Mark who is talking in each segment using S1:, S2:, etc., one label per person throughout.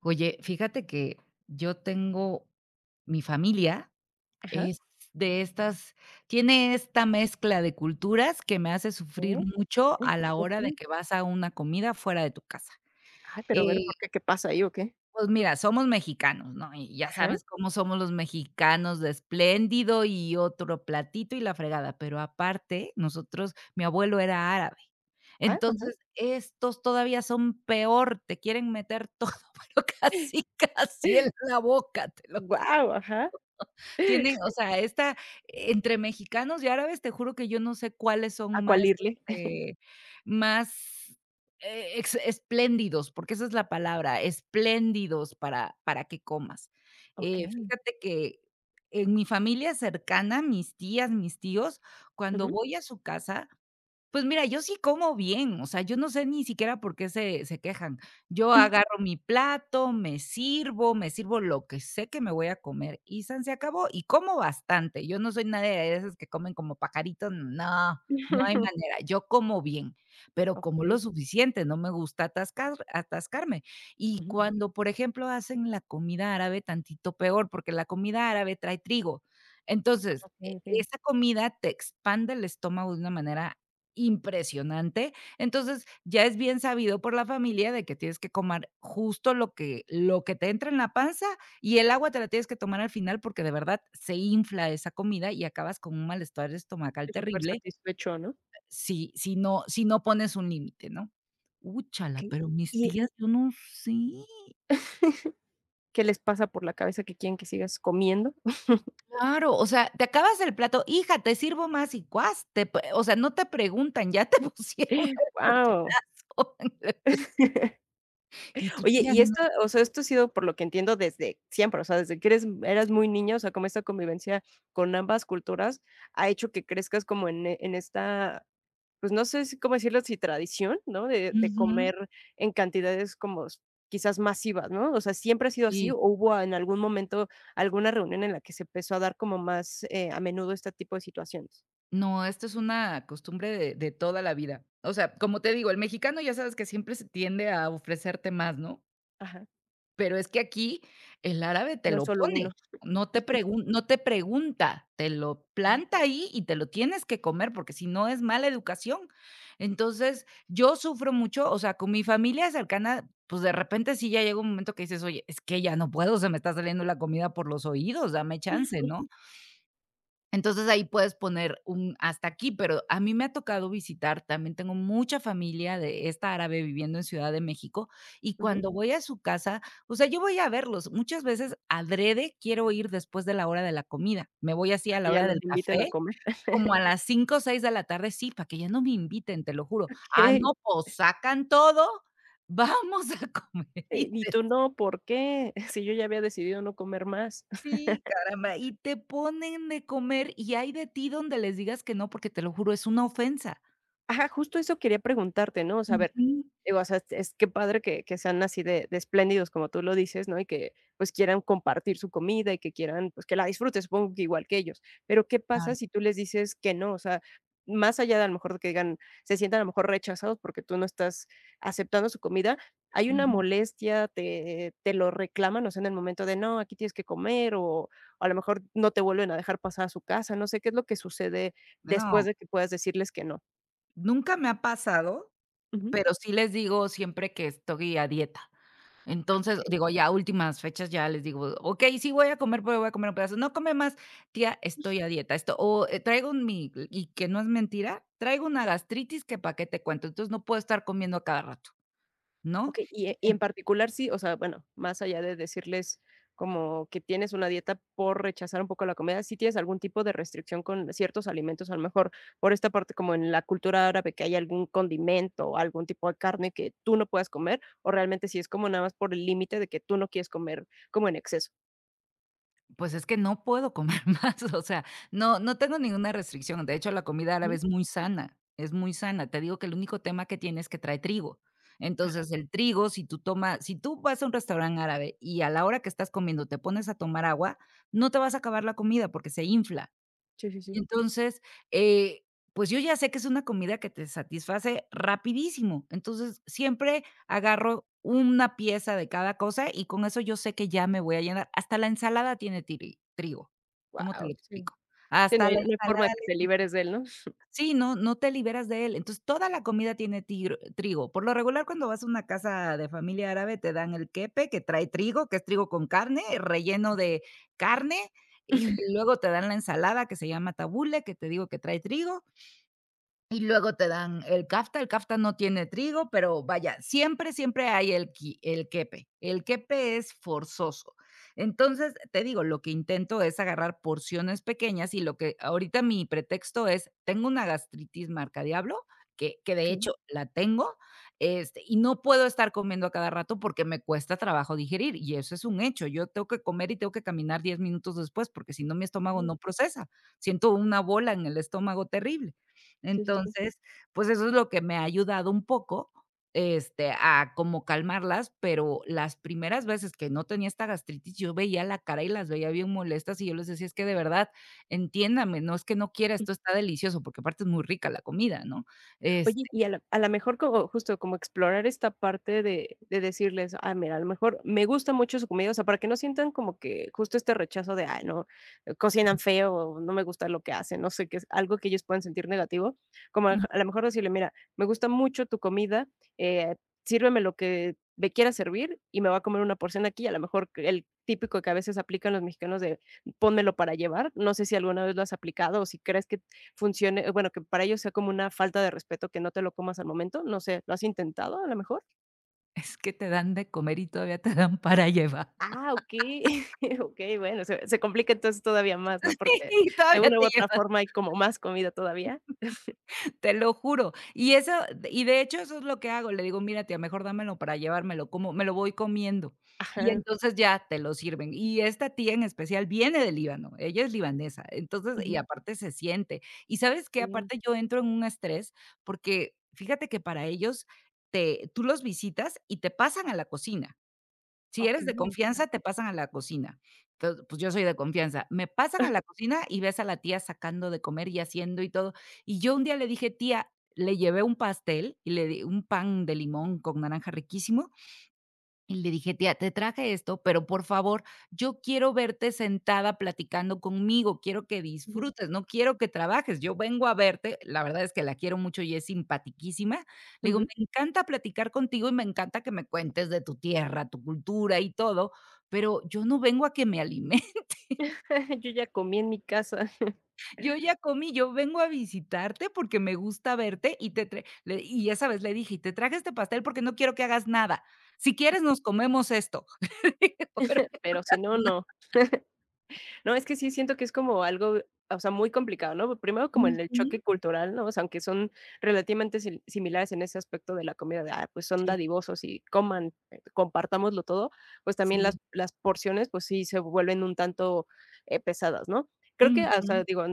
S1: Oye, fíjate que yo tengo mi familia
S2: Ajá.
S1: es de estas tiene esta mezcla de culturas que me hace sufrir
S2: ¿Qué?
S1: mucho
S2: Uy,
S1: a la
S2: ¿por
S1: hora de
S2: qué?
S1: que vas a una comida fuera de tu casa.
S2: Ay, pero a ver,
S1: Eh
S2: ¿por qué? ¿Qué pasa ahí o qué?
S1: pues mira, somos mexicanos, ¿no? Y ya
S2: Ajá.
S1: sabes cómo somos los mexicanos de espléndido y otro platito y la fregada, pero aparte nosotros mi abuelo era árabe.
S2: Ah, ajá.
S1: Entonces, estos todavía son peor, te quieren meter todo, pero casi, casi en la boca, te lo ju
S2: Guau, ajá.
S1: tienen, o sea, esta entre mexicanos y árabes, te juro que yo no sé cuáles
S2: ¿A
S1: son más,
S2: cuál irle?
S1: más, ex espléndidos, porque esa es la palabra, espléndidos para que comas.
S2: Okey.
S1: Fíjate que en mi familia cercana, mis tías, mis tíos, cuando
S2: Ujú.
S1: voy a su casa, pues mira, yo sí como bien, o sea, yo no sé ni siquiera por qué se quejan. Yo agarro mi plato, me sirvo lo que sé que me voy a comer y san se acabó, y como bastante. Yo no soy nadie de esas que comen como pajaritos, no, no hay manera. Yo como bien, pero como lo
S2: Okey.
S1: suficiente, no me gusta atascarme. Y
S2: Ujú.
S1: cuando, por ejemplo, hacen la comida árabe, tantito peor, porque la comida árabe trae trigo. Entonces, e
S2: Okey, okey.
S1: esa comida te expande el estómago de una manera impresionante. Entonces, ya es bien sabido por la familia de que tienes que comer justo lo que te entra en la panza y el agua te la tienes que tomar al final, porque de verdad se infla esa comida y acabas con un malestar estomacal
S2: Y
S1: terrible
S2: supersatisfecho, ¿no?
S1: si no si no pones un límite, ¿no? Úchala,
S2: Okey.
S1: pero mis
S2: Y
S1: tías, yo no sé.
S2: ¿Qué les pasa por la cabeza que quieren que sigas comiendo?
S1: Claro, o sea, te acabas el plato: "Hija, te sirvo más", y cuas, te p o sea, no te preguntan, ya te pusieron el
S2: Guau.
S1: cucharazo. Y tu
S2: Oye,
S1: tía
S2: y
S1: no.
S2: esto, o sea, esto ha sido, por lo que entiendo, desde siempre, o sea, desde que eres eras
S1: Sí.
S2: muy niña, o sea, como esta convivencia con ambas culturas ha hecho que crezcas como en esta, pues, no sé si cómo decirlo, si tradición, ¿no? De
S1: Ujú.
S2: comer en cantidades como s, quizás masivas, ¿no? O sea, ¿siempre ha sido así
S1: Sí.
S2: o hubo en algún momento alguna reunión en la que se empezó a dar como más, a menudo este tipo de situaciones?
S1: No, esto es una costumbre de toda la vida. O sea, como te digo, el mexicano ya sabes que siempre se tiende a ofrecerte más, ¿no?
S2: Ajá,
S1: Pero es que aquí el árabe te
S2: no es
S1: lo
S2: solo
S1: pone,
S2: uno.
S1: no te pregun no te pregunta, te lo
S2: Okey.
S1: planta ahí y te lo tienes que comer, porque si no es mala educación. Entonces, yo sufro mucho, o sea, con mi familia cercana, pues, de repente sí ya llega un momento que dices: "Oye, es que ya no puedo, se me está saliendo la comida por los oídos, dame chance", ¿no? Entonces, ahí puedes poner un hasta aquí, pero a mí me ha tocado visitar, también tengo mucha familia de esta árabe viviendo en Ciudad de México, y
S2: Ujú,
S1: cuando voy a su casa, o sea, yo voy a verlos, muchas veces adrede quiero ir después de la hora de la comida, me voy así a
S2: para que
S1: la
S2: ya
S1: hora
S2: no
S1: del
S2: te inviten a
S1: café,
S2: comer.
S1: como a las 5 o 6 de la tarde, sí, para que ya no me inviten, te lo juro. Ah,
S2: Okey.
S1: no, pues sacan todo, vamos a comer
S2: ¿Y tú no, ¿por qué? Si yo ya había decidido no comer más.
S1: Sí, caramba, y te ponen de comer, y hay de ti donde les digas que no, porque te lo juro, es una ofensa.
S2: Ajá, justo eso quería preguntarte, ¿no? O sea, a ver,
S1: Ujú.
S2: digo, o sea, es qué padre que sean así de espléndidos, como tú lo dices, ¿no? Y que, pues, quieran compartir su comida y que quieran, pues, que la disfruten, supongo que igual que ellos. Pero ¿qué pasa
S1: Claro.
S2: si tú les dices que no? O sea, más allá de, a lo mejor, de que digan, se sientan a lo mejor rechazados porque tú no estás aceptando su comida, ¿hay una
S1: Ujú.
S2: molestia? ¿Te lo reclaman? O sea, en el momento de: "No, aquí tienes que comer", o a lo mejor no te vuelven a dejar pasar a su casa, no sé, ¿qué es lo que sucede
S1: No,
S2: después de que puedas decirles que no?
S1: nunca me ha pasado,
S2: Ujú.
S1: pero sí les digo siempre que estoy a dieta. Entonces,
S2: Okey,
S1: digo, ya a últimas fechas ya les digo: "Okey, sí voy a comer, pero voy a comer un pedazo". "No, come más". "Tía, estoy a dieta". Esto o, traigo un mi y que no es mentira, traigo una gastritis que para qué te cuento, entonces no puedo estar comiendo a cada rato, ¿no?
S2: okey. Y en particular sí, o sea, bueno, más allá de decirles como que tienes una dieta por rechazar un poco la comida, ¿sí tienes algún tipo de restricción con ciertos alimentos? A lo mejor por esta parte, como en la cultura árabe, que hay algún condimento o algún tipo de carne que tú no puedas comer, o realmente si es como nada más por el límite de que tú no quieres comer como en exceso.
S1: Pues es que no puedo comer más, o sea, no tengo ninguna restricción. De hecho, la comida árabe
S2: Ujú.
S1: es muy sana, es muy sana. Te digo que el único tema que tiene es que trae trigo.
S2: Ajá.
S1: Entonces, el trigo, si tú vas a un restaurante árabe y a la hora que estás comiendo te pones a tomar agua, no te vas a acabar la comida porque se infla.
S2: Sí, sí,
S1: Y
S2: sí.
S1: entonces, eh, pues, yo ya sé que es una comida que te satisface rapidísimo. Entonces, siempre agarro una pieza de cada cosa y con eso yo sé que ya me voy a llenar. Hasta la ensalada tiene tiri trigo, ¿cómo te lo
S2: Wow. Sí.
S1: explico?
S2: Sí, no
S1: Hasta
S2: hay,
S1: la
S2: no hay forma
S1: ensalada
S2: de que te liberes de él, ¿no?
S1: sí, no te liberas de él. Entonces, toda la comida tiene tigr trigo. Por lo regular, cuando vas a una casa de familia árabe, te dan el kepe, que trae trigo, que es trigo con carne, relleno de carne, y luego te dan la ensalada que se llama tabule, que te digo que trae trigo, y luego te dan el kafta no tiene trigo, pero vaya, siempre, siempre hay el qui el kepe. El kepe es forzoso. Entonces, te digo, lo que intento es agarrar porciones pequeñas y lo que ahorita mi pretexto es, tengo una gastritis marca diablo que de
S2: Okey,
S1: hecho la tengo, y no puedo estar comiendo a cada rato porque me cuesta trabajo digerir, y eso es un hecho. Yo tengo que comer y tengo que caminar 10 minutos después, porque si no, mi estómago
S2: okey.
S1: no procesa. Siento una bola en el estómago terrible.
S2: Sí, sí, sí.
S1: Entonces, pues, eso es lo que me ha ayudado un poco, a como calmarlas, pero las primeras veces que no tenía esta gastritis, yo veía la cara y las veía bien molestas, y yo les decía: "Es que de verdad, entiéndame, no es que no quiera, esto está delicioso", porque aparte es muy rica la comida, ¿no?
S2: Oye,
S1: Este,
S2: y a la, a lo mejor, como justo como explorar esta parte de decirles: "Ah, mira, a lo mejor me gusta mucho su comida", o sea, para que no sientan como que justo este rechazo de: "Ay, no, cocinan feo", o "No me gusta lo que hacen", no sé, que es algo que ellos puedan sentir negativo, como a
S1: mm,
S2: a lo mejor decirle: "Mira, me gusta mucho tu comida, eh, sírveme lo que me quiera servir y me va a comer una porción aquí", a lo mejor que el típico que a veces aplican los mexicanos de: "Pónmelo para llevar", no sé si alguna vez lo has aplicado o si crees que funcione, bueno, que para ellos sea como una falta de respeto que no te lo comas al momento, no sé, ¿lo has intentado a lo mejor?
S1: es que te dan de comer y todavía te dan para llevar.
S2: Ah, ok. Ok, bueno, se complica entonces todavía más, ¿no? Porque
S1: y
S2: de
S1: todavía
S2: una u
S1: te
S2: otra forma hay como más comida todavía.
S1: Te lo juro. Y eso y de hecho, eso es lo que hago. Le digo: "Mira, tía, mejor dámelo para llevármelo, como me lo voy comiendo". Y
S2: Ajá.
S1: entonces ya te lo sirven. Y esta tía en especial viene del Líbano, ella es libanesa. Entonces, y
S2: Ujú.
S1: aparte se siente. ¿Y sabes qué?
S2: Bien.
S1: Aparte yo entro en un estrés, porque fíjate que para ellos te tú los visitas y te pasan a la cocina. Si eres
S2: Okey.
S1: de confianza, te pasan a la cocina. Entonces, pues, yo soy de confianza. Me pasan a la cocina y ves a la tía sacando de comer y haciendo y todo. Y yo un día le dije: "Tía", le llevé un pastel y le di un pan de limón con naranja riquísimo, y le dije: "Tía, te traje esto, pero por favor, yo quiero verte sentada platicando conmigo, quiero que
S2: Ujú,
S1: disfrutes, no quiero que trabajes, yo vengo a verte". La verdad es que la quiero mucho y es simpaticísima. Le digo: "Me
S2: ujú.
S1: encanta platicar contigo y me encanta que me cuentes de tu tierra, tu cultura y todo, pero yo no vengo a que me alimentes,
S2: Yo ya comí en mi casa,
S1: yo ya comí, yo vengo a visitarte porque me gusta verte y te tra" le y esa vez le dije: "Y te traje este pastel porque no quiero que hagas nada. Si quieres, nos comemos esto". Pero
S2: pero si no, no. No, es que sí siento que es como algo, o sea, muy complicado, ¿no? Primero como en el
S1: ujú.
S2: choque cultural, ¿no? O sea, aunque son relativamente similares en ese aspecto de la comida, de, "Ah, pues son
S1: Sí,
S2: dadivosos y coman, compartámoslo todo", pues también
S1: sí.
S2: las porciones, pues sí se vuelven un tanto, pesadas, ¿no? Creo que, ah, o
S1: Ujú,
S2: sea, digo,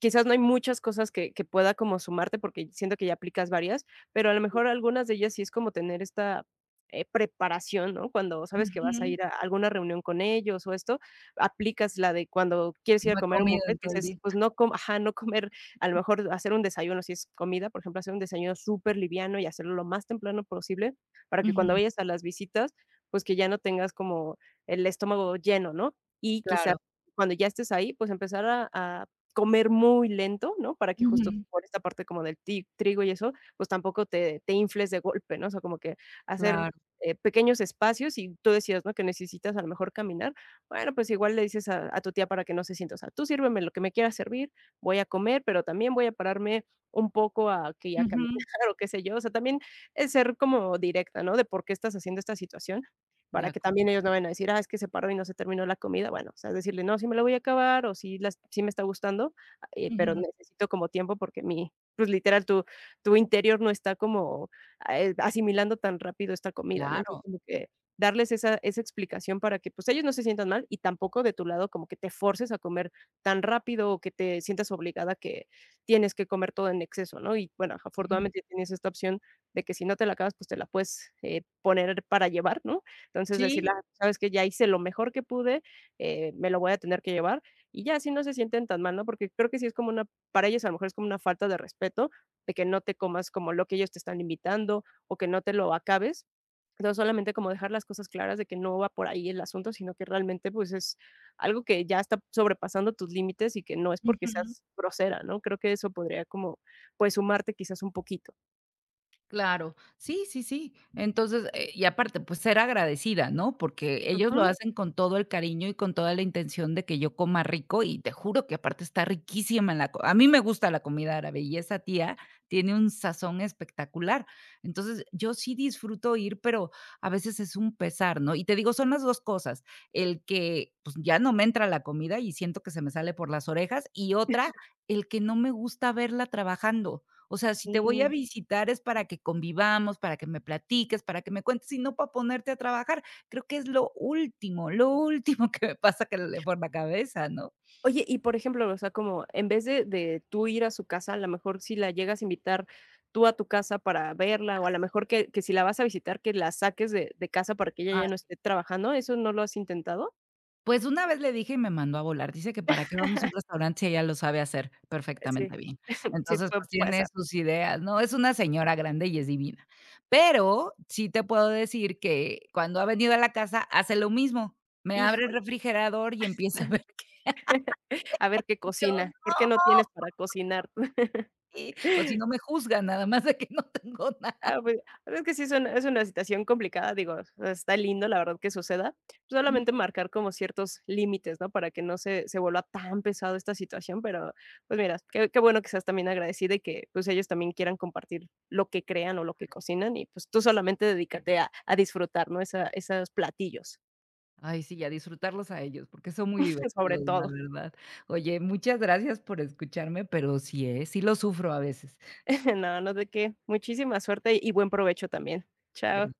S2: quizás no hay muchas cosas que pueda como sumarte porque siento que ya aplicas varias, pero a lo mejor algunas de ellas sí es como tener esta, preparación, ¿no? Cuando sabes que vas a
S1: ujú.
S2: ir a alguna reunión con ellos o esto, aplicas la de cuando quieres ir a
S1: No he
S2: comer a un
S1: comido
S2: buffet,
S1: en
S2: que
S1: todo el
S2: dices,
S1: día.
S2: pues no, com, ajá, no comer, a lo mejor hacer un desayuno, si es comida, por ejemplo, hacer un desayuno súper liviano y hacerlo lo más temprano posible para que cuando
S1: Ujú,
S2: vayas a las visitas, pues que ya no tengas como el estómago lleno, ¿no? Y quizás
S1: claro.
S2: cuando ya estés ahí, pues empezar a comer muy lento, ¿no? Para que justo
S1: Ujú,
S2: por esta parte como del ti trigo y eso, pues tampoco te infles de golpe, ¿no? O sea, como que hacer,
S1: claro.
S2: pequeños espacios y tú decías, ¿no? Que necesitas a lo mejor caminar. Bueno, pues igual le dices a tu tía para que no se sienta, o sea, tú sírveme lo que me quieras servir, voy a comer, pero también voy a pararme un poco a que ya caminar
S1: Ujú,
S2: o qué sé yo. O sea, también es ser como directa, ¿no? De por qué estás haciendo esta situación
S1: de
S2: para que
S1: acuerdo.
S2: también ellos no vayan a decir, ah, es que se paró y no se terminó la comida. Bueno, o sea, decirle, no, sí me la voy a acabar o sí, las, sí me está gustando, ah, pero
S1: Ujú,
S2: necesito como tiempo porque mi, pues literal, tu interior no está como, ah, asimilando tan rápido esta comida, ¿no? Entonces,
S1: claro.
S2: como que darles esa, esa explicación para que pues ellos no se sientan mal y tampoco de tu lado como que te forces a comer tan rápido o que te sientas obligada que tienes que comer todo en exceso, ¿no? Y bueno,
S1: Ujú.
S2: afortunadamente tienes esta opción de que si no te la acabas, pues te la puedes, poner para llevar, ¿no? Entonces,
S1: Sí,
S2: decirle: "Ah, ¿sabes que Ya hice lo mejor que pude, me lo voy a tener que llevar", y ya así no se sienten tan mal, ¿no? Porque creo que sí es como una, para ellos a lo mejor es como una falta de respeto, de que no te comas como lo que ellos te están invitando, o que no te lo acabes. Entonces, solamente como dejar las cosas claras de que no va por ahí el asunto, sino que realmente, pues, es algo que ya está sobrepasando tus límites y que no es porque
S1: ujú.
S2: seas grosera, ¿no? Creo que eso podría como, pues, sumarte quizás un poquito.
S1: Claro, sí, sí, sí. Entonces, y aparte, pues ser agradecida, ¿no? Porque ellos lo
S2: Ujú,
S1: hacen con todo el cariño y con toda la intención de que yo coma rico y te juro que aparte está riquísima la co a mí me gusta la comida árabe y esa tía tiene un sazón espectacular. Entonces, yo sí disfruto ir, pero a veces es un pesar, ¿no? Y te digo, son las 2 cosas, el que, pues, ya no me entra la comida y siento que se me sale por las orejas, y otra, el que no me gusta verla trabajando. O sea, si te voy a
S2: sí.
S1: visitar es para que convivamos, para que me platiques, para que me cuentes y no para ponerte a trabajar. Creo que es lo último que me pasa que le por la cabeza, ¿no?
S2: Oye, y por ejemplo, o sea, como en vez de tú ir a su casa, a lo mejor si la llegas a invitar tú a tu casa para verla, o a lo
S1: Así,
S2: mejor que si la vas a visitar, que la saques de casa para que ella ya no
S1: así.
S2: esté trabajando, ¿eso no lo has intentado?
S1: Pues una vez le dije y me mandó a volar. Dice que para qué vamos a un restaurante si ella lo sabe hacer
S2: Sí,
S1: perfectamente bien.
S2: sí
S1: Entonces,
S2: puede
S1: pues tiene
S2: pasar.
S1: sus ideas, ¿no? Es una señora grande y es divina. Pero sí te puedo decir que cuando ha venido a la casa hace lo mismo. Me abre el
S2: Híjole,
S1: refrigerador y empieza a ver
S2: a ver qué
S1: que yo
S2: cocina, ¿por qué
S1: no.
S2: no tienes para cocinar?
S1: Sí, o si no me juzgan, nada más de que no tengo nada.
S2: Ah, pues, la verdad es que sí es una, es una situación complicada, digo, está lindo, la verdad, que suceda.
S1: Mm.
S2: Solamente marcar como ciertos límites, ¿no? Para que no se vuelva tan pesado esta situación, pero, pues, mira, qué qué bueno que seas también agradecida y que, pues, ellos también quieran compartir lo que crean o lo que cocinan y, pues, tú solamente dedícate a disfrutar, ¿no? Esa, esos platillos,
S1: Ay, sí, y a disfrutarlos a ellos, porque son muy
S2: sobre
S1: divertidos, la
S2: todo.
S1: verdad. Oye, muchas gracias por escucharme, pero sí, ¿eh? Sí lo sufro a veces.
S2: No, no, de qué. Muchísima suerte y buen provecho también.
S1: Gra
S2: Chao.